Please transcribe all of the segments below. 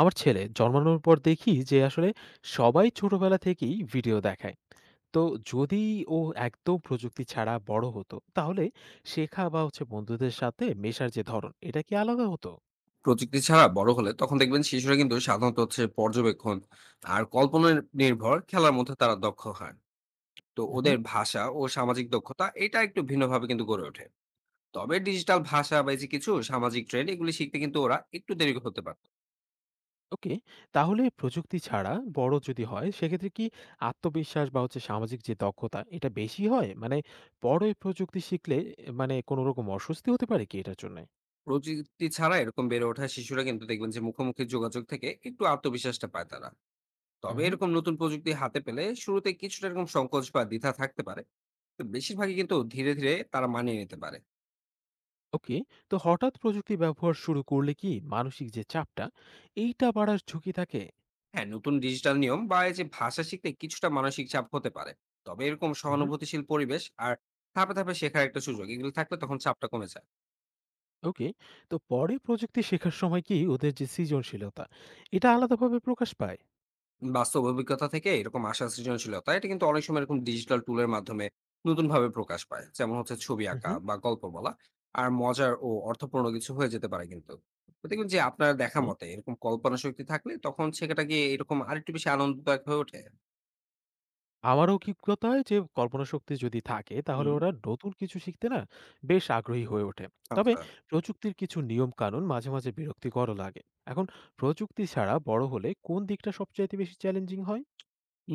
আমার ছেলে জন্মানোর পর দেখি যে আসলে সবাই ছোটবেলা থেকেই ভিডিও দেখায়। তো যদি ও একদম প্রযুক্তি ছাড়া বড় হতো, তাহলে শেখা বা হচ্ছে বন্ধুদের সাথে মেশার যে ধরন এটা কি আলাদা হতো? প্রযুক্তি ছাড়া বড় হলে তখন দেখবেন শিশুরা কিন্তু সাধারণত হচ্ছে পর্যবেক্ষণ আর কল্পনা নির্ভর খেলার মধ্যে তারা দক্ষ হয়। তো হুম। ওদের ভাষা ও সামাজিক দক্ষতা এটা একটু ভিন্নভাবে কিন্তু গড়ে ওঠে। তবে ডিজিটাল ভাষা বা এই যে কিছু সামাজিক ট্রেন্ড এগুলি শিখতে কিন্তু ওরা একটু দেরি হতে পারত। ওকে, তাহলে প্রযুক্তি ছাড়া বড় যদি হয় সেক্ষেত্রে কি আত্মবিশ্বাস বা হচ্ছে সামাজিক যে দক্ষতা এটা বেশি হয়, মানে বড় এই প্রযুক্তি শিখলে মানে কোনো রকম অস্বস্তি হতে পারে কি এটার জন্য? প্রযুক্তি ছাড়া এরকম বেড়ে ওঠা শিশুরা কিন্তু দেখবেন যে মুখোমুখি যোগাযোগ থেকে একটু আত্মবিশ্বাসটা পায় তারা। তবে এরকম নতুন প্রযুক্তি হাতে পেলে শুরুতে কিছুটা এরকম সংকোচ বা দ্বিধা থাকতে পারে। তো বেশিরভাগই কিন্তু ধীরে ধীরে তারা মানিয়ে নিতে পারে। ওকে, তো হঠাৎ প্রযুক্তি ব্যবহার শুরু করলে কি মানসিক যে চাপটা এইটা বাড়ার ঝুঁকি থাকে? হ্যাঁ, নতুন ডিজিটাল নিয়ম বা এই যে ভাষা শিখতে কিছুটা মানসিক চাপ হতে পারে। তবে এরকম হুম। সহানুভূতিশীল পরিবেশ আর ধাপে ধাপে শেখার একটা সুযোগ এগুলো থাকলে তখন চাপটা কমে যায়। ওকে, তো পরে প্রযুক্তি শেখার সময় কি ওদের যে সৃজনশীলতা এটা আলাদাভাবে প্রকাশ পায়? বাস্তব অভিজ্ঞতা থেকে এরকম আশা সৃজনশীলতা এটা কিন্তু অনেক সময় এরকম ডিজিটাল টুলের মাধ্যমে নতুন ভাবে প্রকাশ পায়, যেমন হচ্ছে ছবি আঁকা হুম। বা গল্প বলা। আর মজার ও অর্থপূর্ণ কিছু হয়ে যেতে পারে কিন্তু। তো দেখুন যে আপনার দেখা ওকে, মতে এরকম কল্পনা শক্তি থাকলে তখন শেখাটা গিয়ে এরকম আরেকটু বেশি আনন্দদায়ক হয়ে ওঠে। আমার অভিজ্ঞতায় যে কল্পনা শক্তি যদি থাকে তাহলে হুম। ওরা নতুন কিছু শিখতে না বেশ আগ্রহী হয়ে ওঠে। তবে আচ্ছা। প্রযুক্তির কিছু নিয়ম কানুন মাঝে মাঝে বিরক্তিকর লাগে। এখন প্রযুক্তি ছাড়া বড় হলে কোন দিকটা সবচাইতে বেশি চ্যালেঞ্জিং হয়?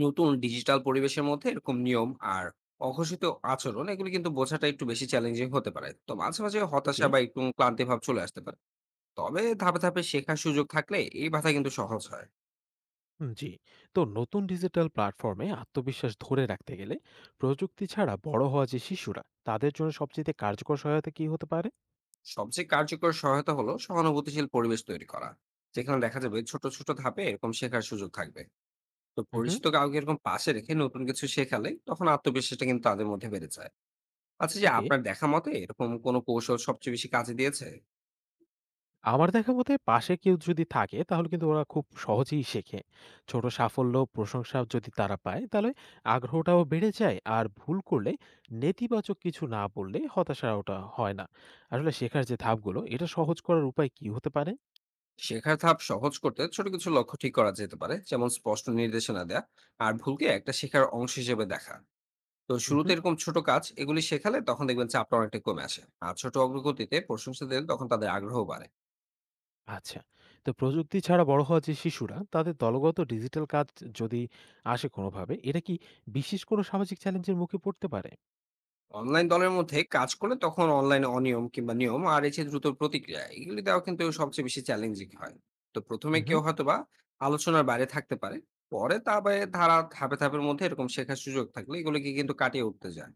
নতুন ডিজিটাল পরিবেশের মধ্যে এরকম নিয়ম আর অঘোষিত আচরণ এগুলো কিন্তু বোঝাটা একটু বেশি চ্যালেঞ্জিং হতে পারে। তো মাঝে মাঝে ওকে। হতাশা বা একটু ক্লান্তি ভাব চলে আসতে পারে। তবে ধাপে ধাপে শেখার সুযোগ থাকলে এই বাধা কিন্তু সহজ হয়। হুম, জি। তো নতুন ডিজিটাল প্ল্যাটফর্মে আত্মবিশ্বাস ধরে রাখতে গেলে প্রযুক্তি ছাড়া বড় হওয়া যে শিশুরা তাদের জন্য সবচেয়ে কার্যকর সহায়তা কি হতে পারে? সবচেয়ে কার্যকর সহায়তা হলো সহানুভূতিশীল পরিবেশ তৈরি করা, যেখানে দেখা যাবে ছোট ছোট ধাপে এরকম শেখার সুযোগ থাকবে। তো হুম। পরিচিত কাউকে এরকম পাশে রেখে নতুন কিছু শেখালে তখন আত্মবিশ্বাসটা কিন্তু তাদের মধ্যে বেড়ে যায়। আচ্ছা, যে ওকে, আপনার দেখা মতে এরকম কোনো কৌশল সবচেয়ে বেশি কাজে দিয়েছে? আমার দেখা মতে পাশে কেউ যদি থাকে তাহলে কিন্তু ওরা খুব সহজেই শেখে। ছোট সাফল্য প্রশংসা যদি তারা পায় তাহলে আগ্রহটাও বেড়ে যায়, আর ভুল করলে নেতিবাচক কিছু না বললে হতাশা ওটা হয় না। আসলে শেখার যে ধাপগুলো এটা সহজ করার উপায় কি হতে পারে? শেখার ধাপ সহজ করতে ছোট কিছু লক্ষ্য ঠিক করা যেতে পারে, যেমন স্পষ্ট নির্দেশনা দেয়া আর ভুলকে একটা শেখার অংশ হিসেবে দেখা। তো শুরুতে এরকম ছোট কাজ এগুলি শেখালে তখন দেখবেন চাপটা অনেকটা কমে আসে আর ছোট অগ্রগতিতে প্রশংসা দিলে তখন তাদের আগ্রহ বাড়ে। আচ্ছা। তো প্রযুক্তি ছাড়া বড় হওয়া যে শিশুরা, তাদের দলগত ডিজিটাল কাজ যদি আসে কোনোভাবে, এটা কি বিশেষ কোনো সামাজিক চ্যালেঞ্জের মুখে পড়তে পারে? অনলাইন দলের মধ্যে কাজ করলে তখন অনলাইনে অনিয়ম কিংবা নিয়ম আর এই যে দ্রুত প্রতিক্রিয়া এগুলি দেওয়া কিন্তু সবচেয়ে বেশি চ্যালেঞ্জিং হয়। তো প্রথমে উহু। কেউ হয়তোবা আলোচনার বাইরে থাকতে পারে। পরে তবে ধারা ধাপে ধাপের মধ্যে এরকম শেখার সুযোগ থাকলে এগুলিকে কিন্তু কাটিয়ে উঠতে যায়।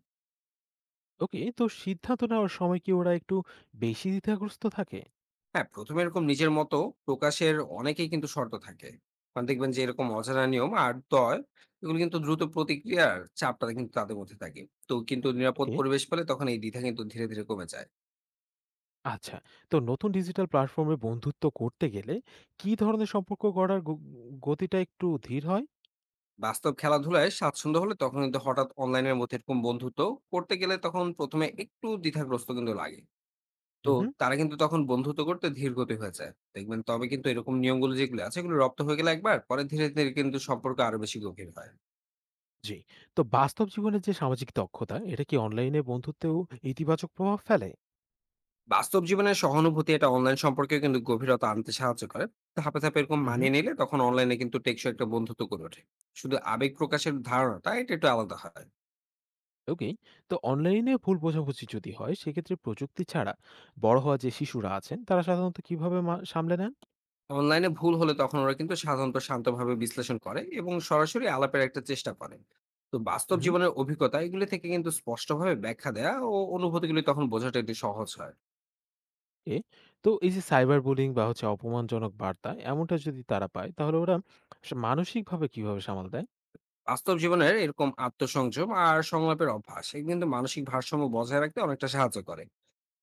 ওকে, তো সিদ্ধান্ত নেওয়ার সময় কি ওরা একটু বেশি দ্বিধাগ্রস্ত থাকে? হ্যাঁ, ১ম এ এরকম নিজের মতো প্রকাশের অনেকেই কিন্তু শর্ত থাকে। মানে দেখবেন যে এরকম অজানা নিয়ম আর দয় এগুলো কিন্তু দ্রুত প্রতিক্রিয়ার চাপটা কিন্তু তাদের মধ্যে থাকে। তো কিন্তু নিরাপদ ওকে, পরিবেশ পেলে তখন এই দ্বিধা কিন্তু ধীরে কমে যায়। আচ্ছা। তো নতুন ডিজিটাল প্ল্যাটফর্মে বন্ধুত্ব করতে গেলে কি ধরনের সম্পর্ক গড়ার গতিটা একটু ধীর হয়? বাস্তব খেলাধুলায় স্বাচ্ছন্দ্য হলে তখন কিন্তু হঠাৎ অনলাইনের মধ্যে এরকম বন্ধুত্ব করতে গেলে তখন ১ম এ একটু দ্বিধাগ্রস্ত কিন্তু লাগে। তো উহু, তারা কিন্তু তখন বন্ধুত্ব করতে ধীরগতি হয়ে যায়। দেখবেন তবে কিন্তু এরকম নিয়মগুলো যেগুলো আছে এগুলো রপ্ত হয়ে গেলে একবার পরে ধীরে কিন্তু সম্পর্ক আরো বেশি গভীর হয়। জি। তো বাস্তব জীবনের যে সামাজিক দক্ষতা, এটা কি অনলাইনে বন্ধুত্বেও ইতিবাচক প্রভাব ফেলে? বাস্তব জীবনের সহানুভূতি এটা অনলাইন সম্পর্কে কিন্তু গভীরতা আনতে সাহায্য করে। ধাপে ধাপে এরকম উহু। মানিয়ে নিলে তখন অনলাইনে কিন্তু টেকসই একটা বন্ধুত্ব গড়ে ওঠে। শুধু আবেগ প্রকাশের ধারণাটা এটা একটু আলাদা হয়। ওকে, তো অনলাইনে ভুল বোঝাবুঝি যদি হয় সেক্ষেত্রে প্রযুক্তি ছাড়া বড় হওয়া যে শিশুরা আছেন তারা সাধারণত কিভাবে সামলে নেন? অনলাইনে ভুল হলে তখন ওরা কিন্তু সাধারণত শান্তভাবে বিশ্লেষণ করে এবং সরাসরি আলাপের একটা চেষ্টা করে। তো বাস্তব হুম। জীবনের অভিজ্ঞতা এগুলি থেকে কিন্তু স্পষ্টভাবে ব্যাখ্যা দেয়া ও অনুভূতিগুলি তখন বোঝাটা একটু সহজ হয়। এ, তো এই যে সাইবার বুলিং বা হচ্ছে অপমানজনক বার্তা এমনটা যদি তারা পায় তাহলে ওরা মানসিকভাবে কিভাবে সামাল দেয়? বাস্তব জীবনের এরকম আত্মসংযম আর সংলাপের অভ্যাস এগুলো কিন্তু মানসিক ভারসাম্য বজায় রাখতে অনেকটা সাহায্য করে।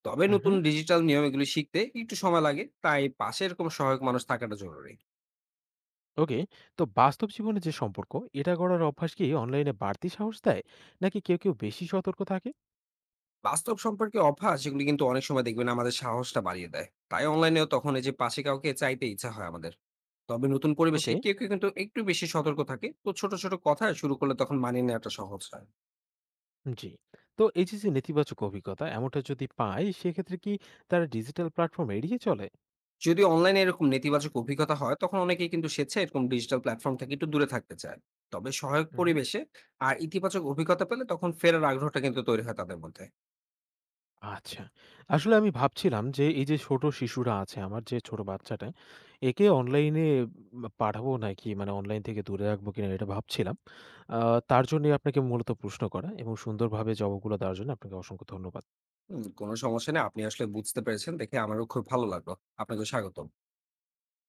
তবে নতুন হুম। ডিজিটাল নিয়ম এগুলি শিখতে একটু সময় লাগে, তাই পাশে এরকম সহায়ক মানুষ থাকাটা জরুরি। ওকে, তো বাস্তব জীবনে যে সম্পর্ক এটা গড়ার অভ্যাস কি অনলাইনে বাড়তি সাহস দেয়, নাকি কেউ কেউ বেশি সতর্ক থাকে? বাস্তব সম্পর্কে অভ্যাস এগুলি কিন্তু অনেক সময় দেখবেন আমাদের সাহসটা বাড়িয়ে দেয়, তাই অনলাইনেও তখন এই যে পাশে কাউকে চাইতে ইচ্ছা হয় আমাদের। তবে নতুন পরিবেশে ওকে, কেউ কেউ কিন্তু একটু বেশি সতর্ক থাকে। তো ছোট ছোট কথায় শুরু করলে তখন মানিয়ে নেওয়াটা সহজ হয়। জি। তো এই যে যে নেতিবাচক অভিজ্ঞতা এমনটা যদি পায় সেক্ষেত্রে কি তারা ডিজিটাল প্ল্যাটফর্ম এড়িয়ে চলে? যদি অনলাইনে এরকম নেতিবাচক অভিজ্ঞতা হয় তখন অনেকেই কিন্তু স্বেচ্ছায় এরকম ডিজিটাল প্ল্যাটফর্ম থেকে একটু দূরে থাকতে চায়। তবে সহায়ক পরিবেশে আর ইতিবাচক অভিজ্ঞতা পেলে তখন ফেরার আগ্রহটা কিন্তু তৈরি হয় তাদের মধ্যে। আচ্ছা। আসলে আমি ভাবছিলাম যে এই যে ছোট শিশুরা আছে, আমার যে ছোট বাচ্চাটা, একে অনলাইনে বা পাঠাবো নাকি, মানে অনলাইন থেকে দূরে রাখবো কিনা এটা ভাবছিলাম। আ, তার জন্যই আপনাকে মূলত প্রশ্ন করা, এবং সুন্দরভাবে জবাবগুলো দেওয়ার জন্য আপনাকে অসংখ্য ধন্যবাদ। হুম, কোনো সমস্যা নেই। আপনি আসলে বুঝতে পেরেছেন দেখে আমারও খুব ভালো লাগলো। আপনাকেও স্বাগতম।